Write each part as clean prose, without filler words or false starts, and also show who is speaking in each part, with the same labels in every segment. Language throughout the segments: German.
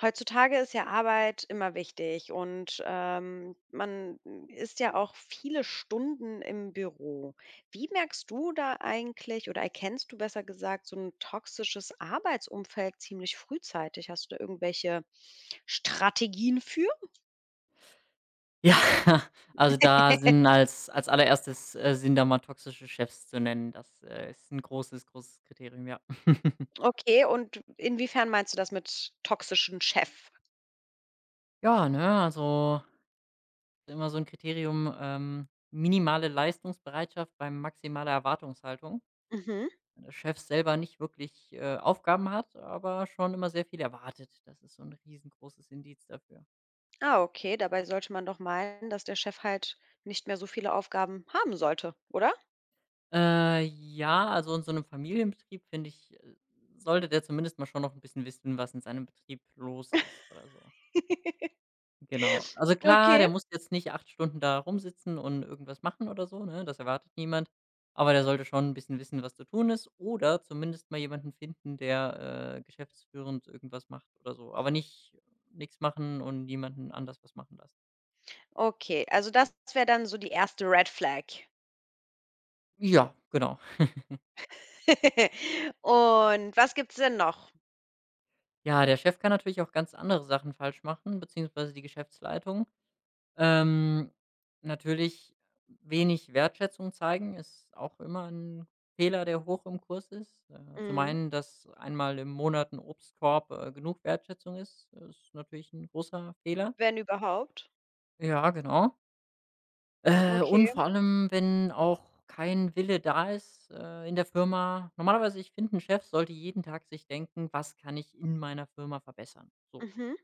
Speaker 1: Heutzutage ist ja Arbeit immer wichtig und man ist ja auch viele Stunden im Büro. Wie merkst du da eigentlich oder erkennst du besser gesagt so ein toxisches Arbeitsumfeld ziemlich frühzeitig? Hast du da irgendwelche Strategien für?
Speaker 2: Ja, also da sind als Allererstes, sind da mal toxische Chefs zu nennen. Das, ist ein großes, großes Kriterium, ja.
Speaker 1: Okay, und inwiefern meinst du das mit toxischen Chef?
Speaker 2: Ja, ne, also immer so ein Kriterium, minimale Leistungsbereitschaft bei maximaler Erwartungshaltung.
Speaker 1: Mhm.
Speaker 2: Wenn der Chef selber nicht wirklich, Aufgaben hat, aber schon immer sehr viel erwartet. Das ist so ein riesengroßes Indiz dafür.
Speaker 1: Ah, okay, dabei sollte man doch meinen, dass der Chef halt nicht mehr so viele Aufgaben haben sollte, oder?
Speaker 2: Ja, also in so einem Familienbetrieb, finde ich, sollte der zumindest mal schon noch ein bisschen wissen, was in seinem Betrieb los ist oder so. Genau. Also klar,
Speaker 1: Okay.
Speaker 2: der muss jetzt nicht 8 Stunden da rumsitzen und irgendwas machen oder so, ne? Das erwartet niemand. Aber der sollte schon ein bisschen wissen, was zu tun ist oder zumindest mal jemanden finden, der, geschäftsführend irgendwas macht oder so. Aber nicht nichts machen und niemanden anders was machen lassen.
Speaker 1: Okay, also das wäre dann so die erste Red Flag.
Speaker 2: Ja, genau.
Speaker 1: Und was gibt's denn noch?
Speaker 2: Ja, der Chef kann natürlich auch ganz andere Sachen falsch machen, beziehungsweise die Geschäftsleitung. Ähm, natürlich wenig Wertschätzung zeigen ist auch immer ein Fehler, der hoch im Kurs ist. Zum
Speaker 1: Mhm,
Speaker 2: einen, dass einmal im Monat 'n Obstkorb, genug Wertschätzung ist, ist natürlich ein großer Fehler.
Speaker 1: wenn überhaupt?
Speaker 2: Ja, genau. Und
Speaker 1: Okay,
Speaker 2: vor allem, wenn auch kein Wille da ist, in der Firma normalerweise, ich finde, ein Chef sollte jeden Tag sich denken: „Was kann ich in meiner Firma verbessern?“ So.
Speaker 1: mhm.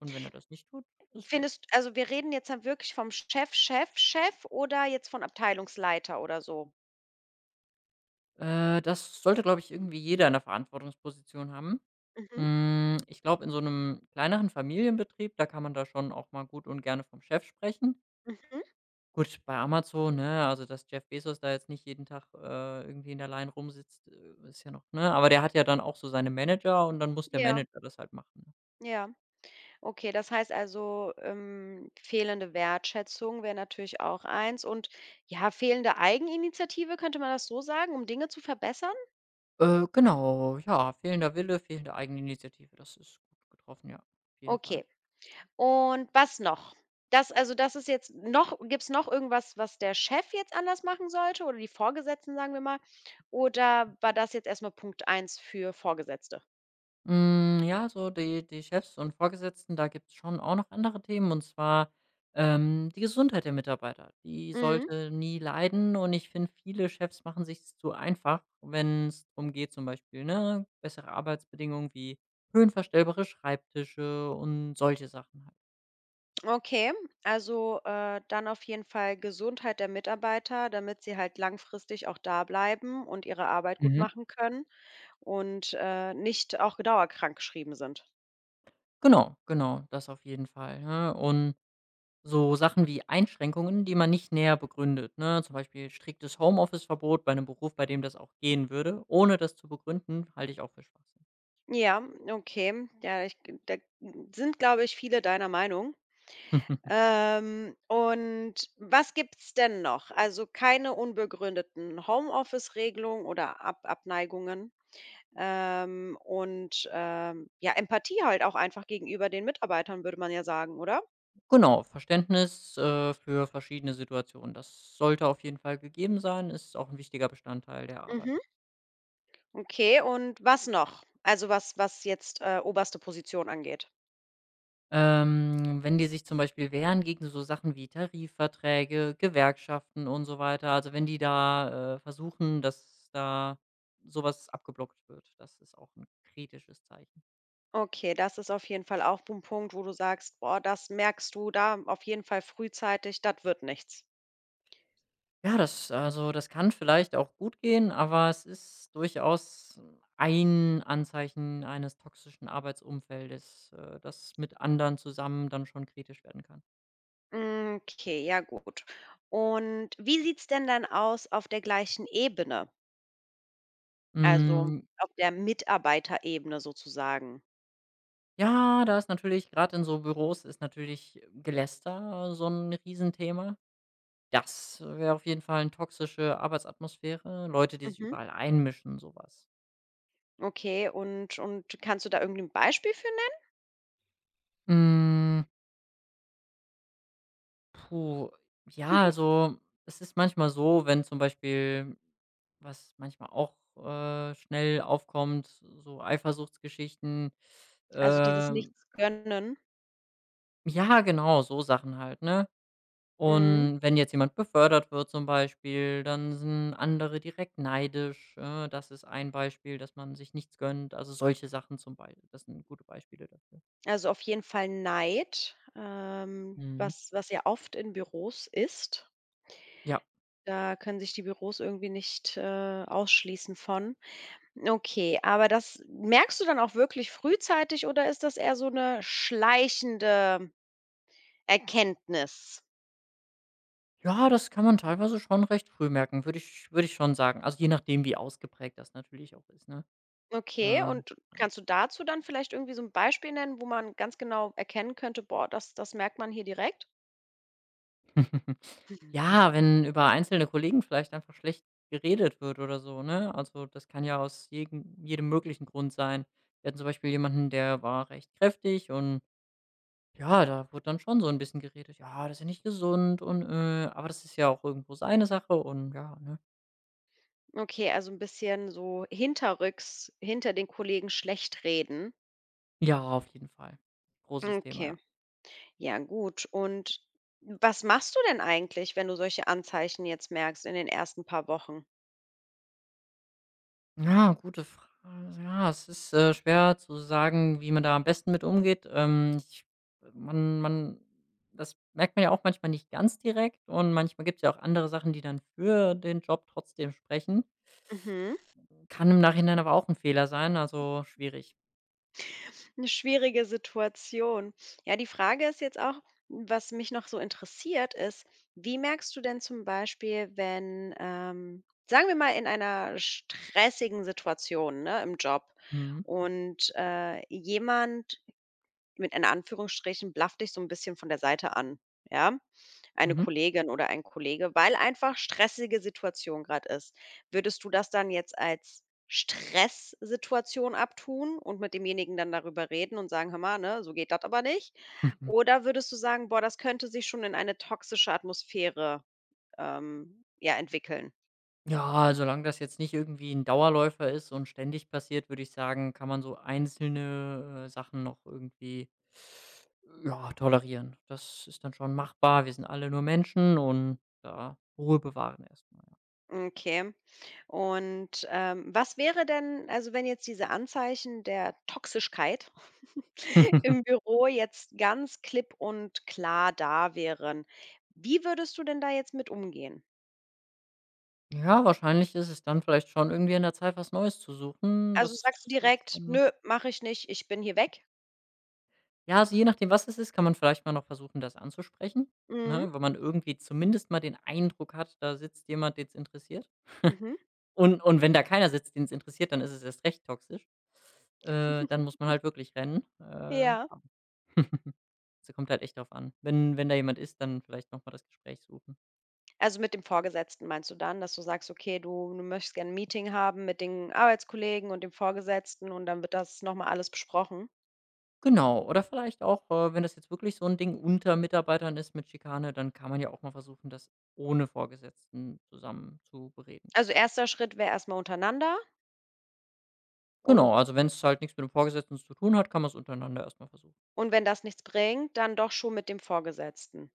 Speaker 2: Und wenn er das nicht tut, ist schlecht.
Speaker 1: Findest also wir reden jetzt dann wirklich vom Chef, Chef, Chef oder jetzt von Abteilungsleiter oder so?
Speaker 2: Das sollte, glaube ich, irgendwie jeder in der Verantwortungsposition haben.
Speaker 1: Mhm,
Speaker 2: Hm, ich glaube, in so einem kleineren Familienbetrieb, da kann man da schon auch mal gut und gerne vom Chef sprechen.
Speaker 1: mhm.
Speaker 2: Gut, bei Amazon, ne, also, dass Jeff Bezos da jetzt nicht jeden Tag, irgendwie in der Line rumsitzt, ist ja noch ne, aber der hat ja dann auch so seine Manager und dann muss der
Speaker 1: Ja,
Speaker 2: Manager das halt machen.
Speaker 1: ja. Okay, das heißt also, fehlende Wertschätzung wäre natürlich auch eins und, ja, fehlende Eigeninitiative, könnte man das so sagen, um Dinge zu verbessern?
Speaker 2: Genau, ja, fehlender Wille, fehlende Eigeninitiative, das ist gut getroffen, ja, auf jeden Fall.
Speaker 1: Okay. Und was noch? Das also, das ist jetzt noch gibt's noch irgendwas, was der Chef jetzt anders machen sollte oder die Vorgesetzten, sagen wir mal? Oder war das jetzt erst mal Punkt eins für Vorgesetzte?
Speaker 2: Hm, ja, so die Chefs und Vorgesetzten, da gibt's schon auch noch andere Themen, und zwar, die Gesundheit der Mitarbeiter. Die
Speaker 1: Mhm,
Speaker 2: sollte nie leiden und ich finde, viele Chefs machen sich's zu einfach, wenn es darum geht, zum Beispiel, ne, bessere Arbeitsbedingungen wie höhenverstellbare Schreibtische und solche Sachen halt.
Speaker 1: okay. Also, dann auf jeden Fall Gesundheit der Mitarbeiter, damit sie halt langfristig auch da bleiben und ihre Arbeit gut
Speaker 2: Mhm.
Speaker 1: machen können und, nicht auch dauerkrankgeschrieben sind.
Speaker 2: Genau, genau, das auf jeden Fall, ne? Und so Sachen wie Einschränkungen, die man nicht näher begründet, ne? Zum Beispiel striktes Homeoffice-Verbot bei einem Beruf, bei dem das auch gehen würde, ohne das zu begründen, halte ich auch für Schwachsinn.
Speaker 1: Ja, okay. Ja, ich da sind, glaube ich, viele deiner Meinung. Und was gibt's denn noch? Also, keine unbegründeten Homeoffice-Regelungen oder Ab Abneigungen, und, ja, Empathie halt auch einfach gegenüber den Mitarbeitern, würde man ja sagen, oder?
Speaker 2: Genau, Verständnis, für verschiedene Situationen. Das sollte auf jeden Fall gegeben sein, ist auch ein wichtiger Bestandteil der Arbeit.
Speaker 1: Mhm. Okay, und was noch? Also, was jetzt, oberste Position angeht.
Speaker 2: Wenn die sich zum Beispiel wehren gegen so Sachen wie Tarifverträge, Gewerkschaften und so weiter, also wenn die da, versuchen, dass da sowas abgeblockt wird, das ist auch ein kritisches Zeichen.
Speaker 1: Okay, das ist auf jeden Fall auch ein Punkt, wo du sagst: „Boah, das merkst du da auf jeden Fall frühzeitig, das wird nichts.“
Speaker 2: Ja, das also, das kann vielleicht auch gut gehen, aber es ist durchaus ein Anzeichen eines toxischen Arbeitsumfeldes, das mit anderen zusammen dann schon kritisch werden kann.
Speaker 1: Hm, okay, ja gut. Und wie sieht's denn dann aus auf der gleichen Ebene, also
Speaker 2: Hm,
Speaker 1: auf der Mitarbeiterebene sozusagen?
Speaker 2: ja, da ist natürlich gerade in so Büros ist natürlich Geläster so ein Riesenthema. Das wäre auf jeden Fall eine toxische Arbeitsatmosphäre, Leute, die sich
Speaker 1: Mhm.
Speaker 2: überall einmischen, sowas. Was.
Speaker 1: Okay, und kannst du da irgend 'n Beispiel für nennen?
Speaker 2: Hm, puh, ja, also, es ist manchmal so, wenn zum Beispiel was manchmal auch, schnell aufkommt, so Eifersuchtsgeschichten.
Speaker 1: Also, dieses
Speaker 2: Ähm,
Speaker 1: Nichtsgönnen?
Speaker 2: ja, genau, so Sachen halt, ne?
Speaker 1: Mhm.
Speaker 2: Und wenn jetzt jemand befördert wird zum Beispiel, dann sind andere direkt neidisch. Das ist ein Beispiel, dass man sich nichts gönnt. Also solche Sachen zum Beispiel, das sind gute Beispiele dafür.
Speaker 1: Also, auf jeden Fall Neid,
Speaker 2: Mhm.
Speaker 1: was ja oft in Büros ist.
Speaker 2: Ja.
Speaker 1: Da können sich die Büros irgendwie nicht, ausschließen von. Okay, aber das merkst du dann auch wirklich frühzeitig oder ist das eher so eine schleichende Erkenntnis?
Speaker 2: Ja, das kann man teilweise schon recht früh merken, würde ich schon sagen. Also je nachdem, wie ausgeprägt das natürlich auch ist, ne?
Speaker 1: Okay,
Speaker 2: Ähm,
Speaker 1: und
Speaker 2: ja.
Speaker 1: kannst du dazu dann vielleicht irgendwie so ein Beispiel nennen, wo man ganz genau erkennen könnte: „Boah, das merkt man hier direkt?“
Speaker 2: Ja, wenn über einzelne Kollegen vielleicht einfach schlecht geredet wird oder so, ne? Also, das kann ja aus jeden jedem möglichen Grund sein. Wir hatten zum Beispiel jemanden, der war recht kräftig und ja, da wurde dann schon so ein bisschen geredet: „Ja, das ist ja nicht gesund und“ aber das ist ja auch irgendwo seine Sache und ja, ne?
Speaker 1: Okay, also ein bisschen so hinterrücks hinter den Kollegen schlecht reden.
Speaker 2: Ja, auf jeden Fall. Großes Thema,
Speaker 1: Okay,
Speaker 2: ja.
Speaker 1: ja gut. Und was machst du denn eigentlich, wenn du solche Anzeichen jetzt merkst in den ersten paar Wochen?
Speaker 2: Ja, gute Frage. Ja, es ist, schwer zu sagen, wie man da am besten mit umgeht. Ich man man das merkt man ja auch manchmal nicht ganz direkt und manchmal gibt es ja auch andere Sachen, die dann für den Job trotzdem sprechen.
Speaker 1: Mhm.
Speaker 2: Kann im Nachhinein aber auch ein Fehler sein, also schwierig.
Speaker 1: 'Ne schwierige Situation. Ja, die Frage ist jetzt auch was mich noch so interessiert, ist, wie merkst du denn zum Beispiel, wenn, sagen wir mal in einer stressigen Situation, ne, im Job
Speaker 2: Mhm.
Speaker 1: und, jemand mit in Anführungsstrichen blafft dich so ein bisschen von der Seite an, ja? Eine
Speaker 2: Mhm.
Speaker 1: Kollegin oder ein Kollege, weil einfach stressige Situation gerade ist. Würdest du das dann jetzt als Stresssituation abtun und mit demjenigen dann darüber reden und sagen: „Hör mal, ne, so geht das aber nicht?“ Oder würdest du sagen: „Boah, das könnte sich schon in eine toxische Atmosphäre, ja, entwickeln?“
Speaker 2: Ja, solange das jetzt nicht irgendwie ein Dauerläufer ist und ständig passiert, würde ich sagen, kann man so einzelne, Sachen noch irgendwie, ja, tolerieren. Das ist dann schon machbar. Wir sind alle nur Menschen und da Ruhe bewahren erst ja.
Speaker 1: Okay. Und, was wäre denn also, wenn jetzt diese Anzeichen der Toxigkeit im Büro jetzt ganz klipp und klar da wären. Wie würdest du denn da jetzt mit umgehen?
Speaker 2: Ja, wahrscheinlich ist es dann vielleicht schon irgendwie an der Zeit, was Neues zu suchen.
Speaker 1: Also,
Speaker 2: Das
Speaker 1: sagst du
Speaker 2: ist
Speaker 1: direkt:
Speaker 2: schon,
Speaker 1: nö, mache ich nicht, ich bin hier weg?“
Speaker 2: ja, also, je nachdem, was es ist, kann man vielleicht mal noch versuchen, das anzusprechen,
Speaker 1: Mhm,
Speaker 2: ne? Wenn man irgendwie zumindest mal den Eindruck hat, da sitzt jemand, den's interessiert.
Speaker 1: mhm.
Speaker 2: Und wenn da keiner sitzt, den's interessiert, dann ist es erst recht toxisch. Dann muss man halt wirklich rennen. Ja.
Speaker 1: Ja.
Speaker 2: Also, kommt halt echt drauf an. Wenn da jemand ist, dann vielleicht noch mal das Gespräch suchen.
Speaker 1: Also, mit dem Vorgesetzten meinst du dann, dass du sagst: „Okay, du möchtest gerne ein Meeting haben mit den Arbeitskollegen und dem Vorgesetzten“ und dann wird das noch mal alles besprochen?
Speaker 2: Genau, oder vielleicht auch, wenn das jetzt wirklich so ein Ding unter Mitarbeitern ist mit Schikane, dann kann man ja auch mal versuchen, das ohne Vorgesetzten zusammen zu bereden.
Speaker 1: Also, erster Schritt wäre erst mal untereinander und
Speaker 2: Genau, also, wenn es halt nichts mit dem Vorgesetzten zu tun hat, kann man es untereinander erst mal versuchen.
Speaker 1: und wenn das nichts bringt, dann doch schon mit dem Vorgesetzten.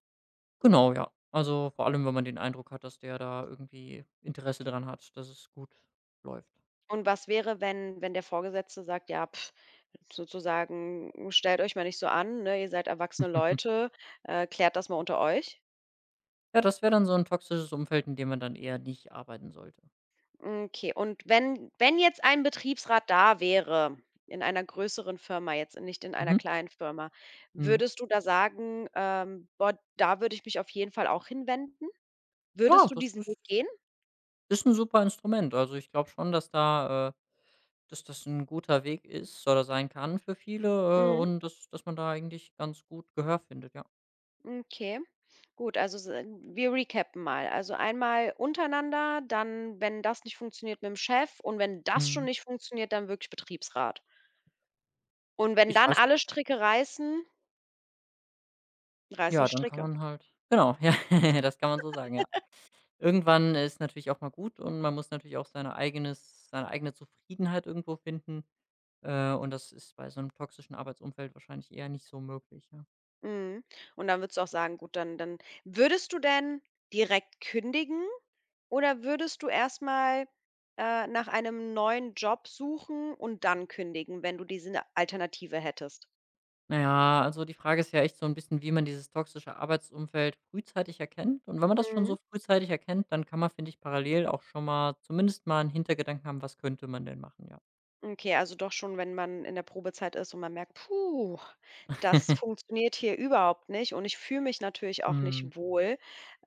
Speaker 2: Genau, ja. Also, vor allem, wenn man den Eindruck hat, dass der da irgendwie Interesse dran hat, dass es gut läuft.
Speaker 1: Und was wäre, wenn der Vorgesetzte sagt: „Ja, pf, sozusagen, stellt euch mal nicht so an, ne? Ihr seid erwachsene
Speaker 2: Mhm.
Speaker 1: Leute, klärt das mal unter euch.“
Speaker 2: Ja, das wäre dann so 'n toxisches Umfeld, in dem man dann eher nicht arbeiten sollte.
Speaker 1: Okay, und wenn jetzt ein Betriebsrat da wäre, in einer größeren Firma jetzt, nicht in einer
Speaker 2: Mhm,
Speaker 1: kleinen Firma,
Speaker 2: mhm.
Speaker 1: würdest du da sagen: „Boah, da würde ich mich auf jeden Fall auch hinwenden?“
Speaker 2: Ja,
Speaker 1: Würdest du
Speaker 2: das
Speaker 1: diesen
Speaker 2: ist
Speaker 1: Weg gehen?
Speaker 2: ist 'n super Instrument. Also, ich glaube schon, dass da dass das 'n guter Weg ist oder sein kann für viele,
Speaker 1: Mhm.
Speaker 2: und dass man da eigentlich ganz gut Gehör findet, ja.
Speaker 1: Okay, gut, also s wir recappen mal. Also, einmal untereinander, dann, wenn das nicht funktioniert, mit dem Chef und wenn das schon
Speaker 2: Mhm.
Speaker 1: nicht funktioniert, dann wirklich Betriebsrat. Und wenn
Speaker 2: Ich
Speaker 1: dann
Speaker 2: weiß
Speaker 1: alle Stricke reißen, reißen
Speaker 2: ja,
Speaker 1: die
Speaker 2: dann kann
Speaker 1: Stricke.
Speaker 2: man halt genau, ja, das kann man so sagen, ja. Irgendwann ist natürlich auch mal gut und man muss natürlich auch seine eigene Zufriedenheit irgendwo finden, und das ist bei so einem toxischen Arbeitsumfeld wahrscheinlich eher nicht so möglich, ja.
Speaker 1: Mhm. Und dann würdest du auch sagen: „Gut, dann“ Würdest du denn direkt kündigen oder würdest du erst mal, nach einem neuen Job suchen und dann kündigen, wenn du diese Alternative hättest?
Speaker 2: Na ja, also die Frage ist ja echt so ein bisschen, wie man dieses toxische Arbeitsumfeld frühzeitig erkennt und wenn man das schon
Speaker 1: Mhm.
Speaker 2: so frühzeitig erkennt, dann kann man, finde ich, parallel auch schon mal zumindest mal einen Hintergedanken haben, was könnte man denn machen, ja.
Speaker 1: Okay, also doch schon, wenn man in der Probezeit ist und man merkt: „Puh, das funktioniert hier überhaupt nicht und ich fühle mich natürlich auch
Speaker 2: Mhm,
Speaker 1: nicht wohl“,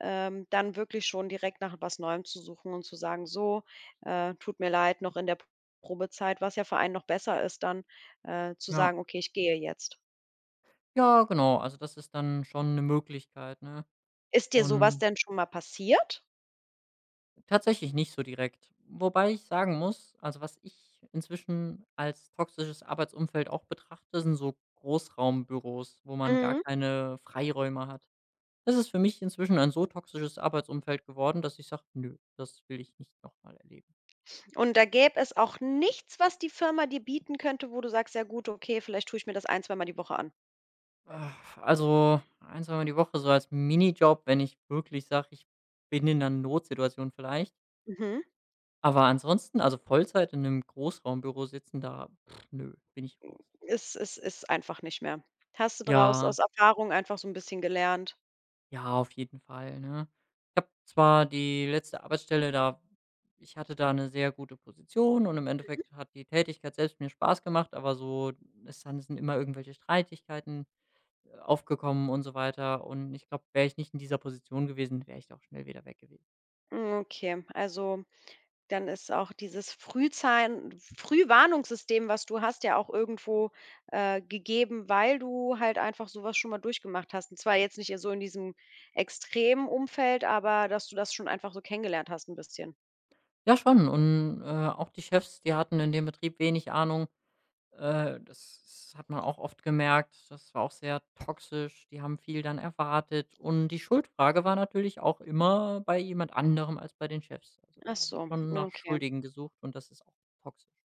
Speaker 1: dann wirklich schon direkt nach was Neuem zu suchen und zu sagen: „So, tut mir leid, noch in der Probezeit“, was ja für einen noch besser ist dann, zu
Speaker 2: ja.
Speaker 1: sagen: „Okay, ich gehe jetzt.“
Speaker 2: Ja, genau, also das ist dann schon eine Möglichkeit, ne?
Speaker 1: Ist dir sowas
Speaker 2: Und
Speaker 1: denn schon mal passiert?
Speaker 2: tatsächlich nicht so direkt. Wobei ich sagen muss, also was ich inzwischen als toxisches Arbeitsumfeld auch betrachte, sind so Großraumbüros, wo man gar
Speaker 1: Mhm.
Speaker 2: keine Freiräume hat. Das ist für mich inzwischen ein so toxisches Arbeitsumfeld geworden, dass ich sage, nö, das will ich nicht nochmal erleben.
Speaker 1: Und da gäbe es auch nichts, was die Firma dir bieten könnte, wo du sagst: „Ja gut, okay, vielleicht tue ich mir das ein, zweimal die Woche an.“
Speaker 2: Ah, also ein, zwei Mal die Woche so als Minijob, wenn ich wirklich sage, ich bin in einer Notsituation vielleicht.
Speaker 1: Mhm.
Speaker 2: Aber ansonsten, also Vollzeit in einem Großraumbüro sitzen, da, pff, nö, bin ich raus.
Speaker 1: Es es ist einfach nicht mehr. Hast du daraus
Speaker 2: Ja,
Speaker 1: aus Erfahrung einfach so 'n bisschen gelernt?
Speaker 2: ja, auf jeden Fall, ne? Ich habe zwar die letzte Arbeitsstelle da ich hatte da eine sehr gute Position und im Endeffekt hat die Tätigkeit selbst mir Spaß gemacht, aber so es dann sind immer irgendwelche Streitigkeiten, aufgekommen und so weiter. Und ich glaube, wäre ich nicht in dieser Position gewesen, wäre ich da auch schnell wieder weg gewesen.
Speaker 1: Hm, okay, also, dann ist auch dieses Frühzahn Frühwarnungssystem, was du hast, ja auch irgendwo, gegeben, weil du halt einfach so was schon mal durchgemacht hast. Und zwar jetzt nicht so in diesem extremen Umfeld, aber dass du das schon einfach so kennengelernt hast 'n bisschen.
Speaker 2: Ja, schon. Und, auch die Chefs, die hatten in dem Betrieb wenig Ahnung. Das das hat man auch oft gemerkt. Das war auch sehr toxisch. Die haben viel dann erwartet und die Schuldfrage war natürlich auch immer bei jemand anderem als bei den Chefs. Also,
Speaker 1: Ach
Speaker 2: da wird
Speaker 1: so,
Speaker 2: schon nach
Speaker 1: okay.
Speaker 2: Schuldigen gesucht und das ist auch toxisch.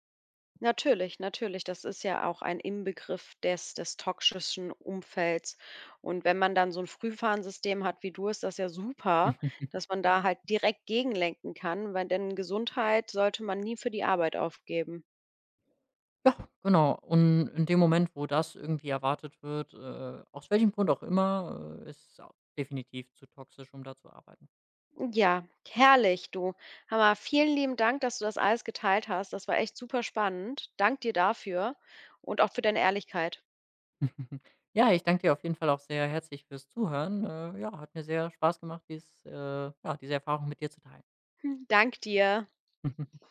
Speaker 1: Natürlich, natürlich. Das ist ja auch ein Inbegriff des toxischen Umfelds. Und wenn man dann so ein Frühwarnsystem hat wie du, ist das ja super, dass man da halt direkt gegenlenken kann, weil denn Gesundheit sollte man nie für die Arbeit aufgeben.
Speaker 2: Ja, genau. Und in dem Moment, wo das irgendwie erwartet wird, aus welchem Grund auch immer, ist es au definitiv zu toxisch, um da zu arbeiten.
Speaker 1: Ja, herrlich, du. Hammer, vielen lieben Dank, dass du das alles geteilt hast. Das war echt super spannend. Dank dir dafür und auch für deine Ehrlichkeit.
Speaker 2: Ja, ich danke dir auf jeden Fall auch sehr herzlich fürs Zuhören. Ja, hat mir sehr Spaß gemacht, diese Erfahrung mit dir zu teilen.
Speaker 1: Dank dir.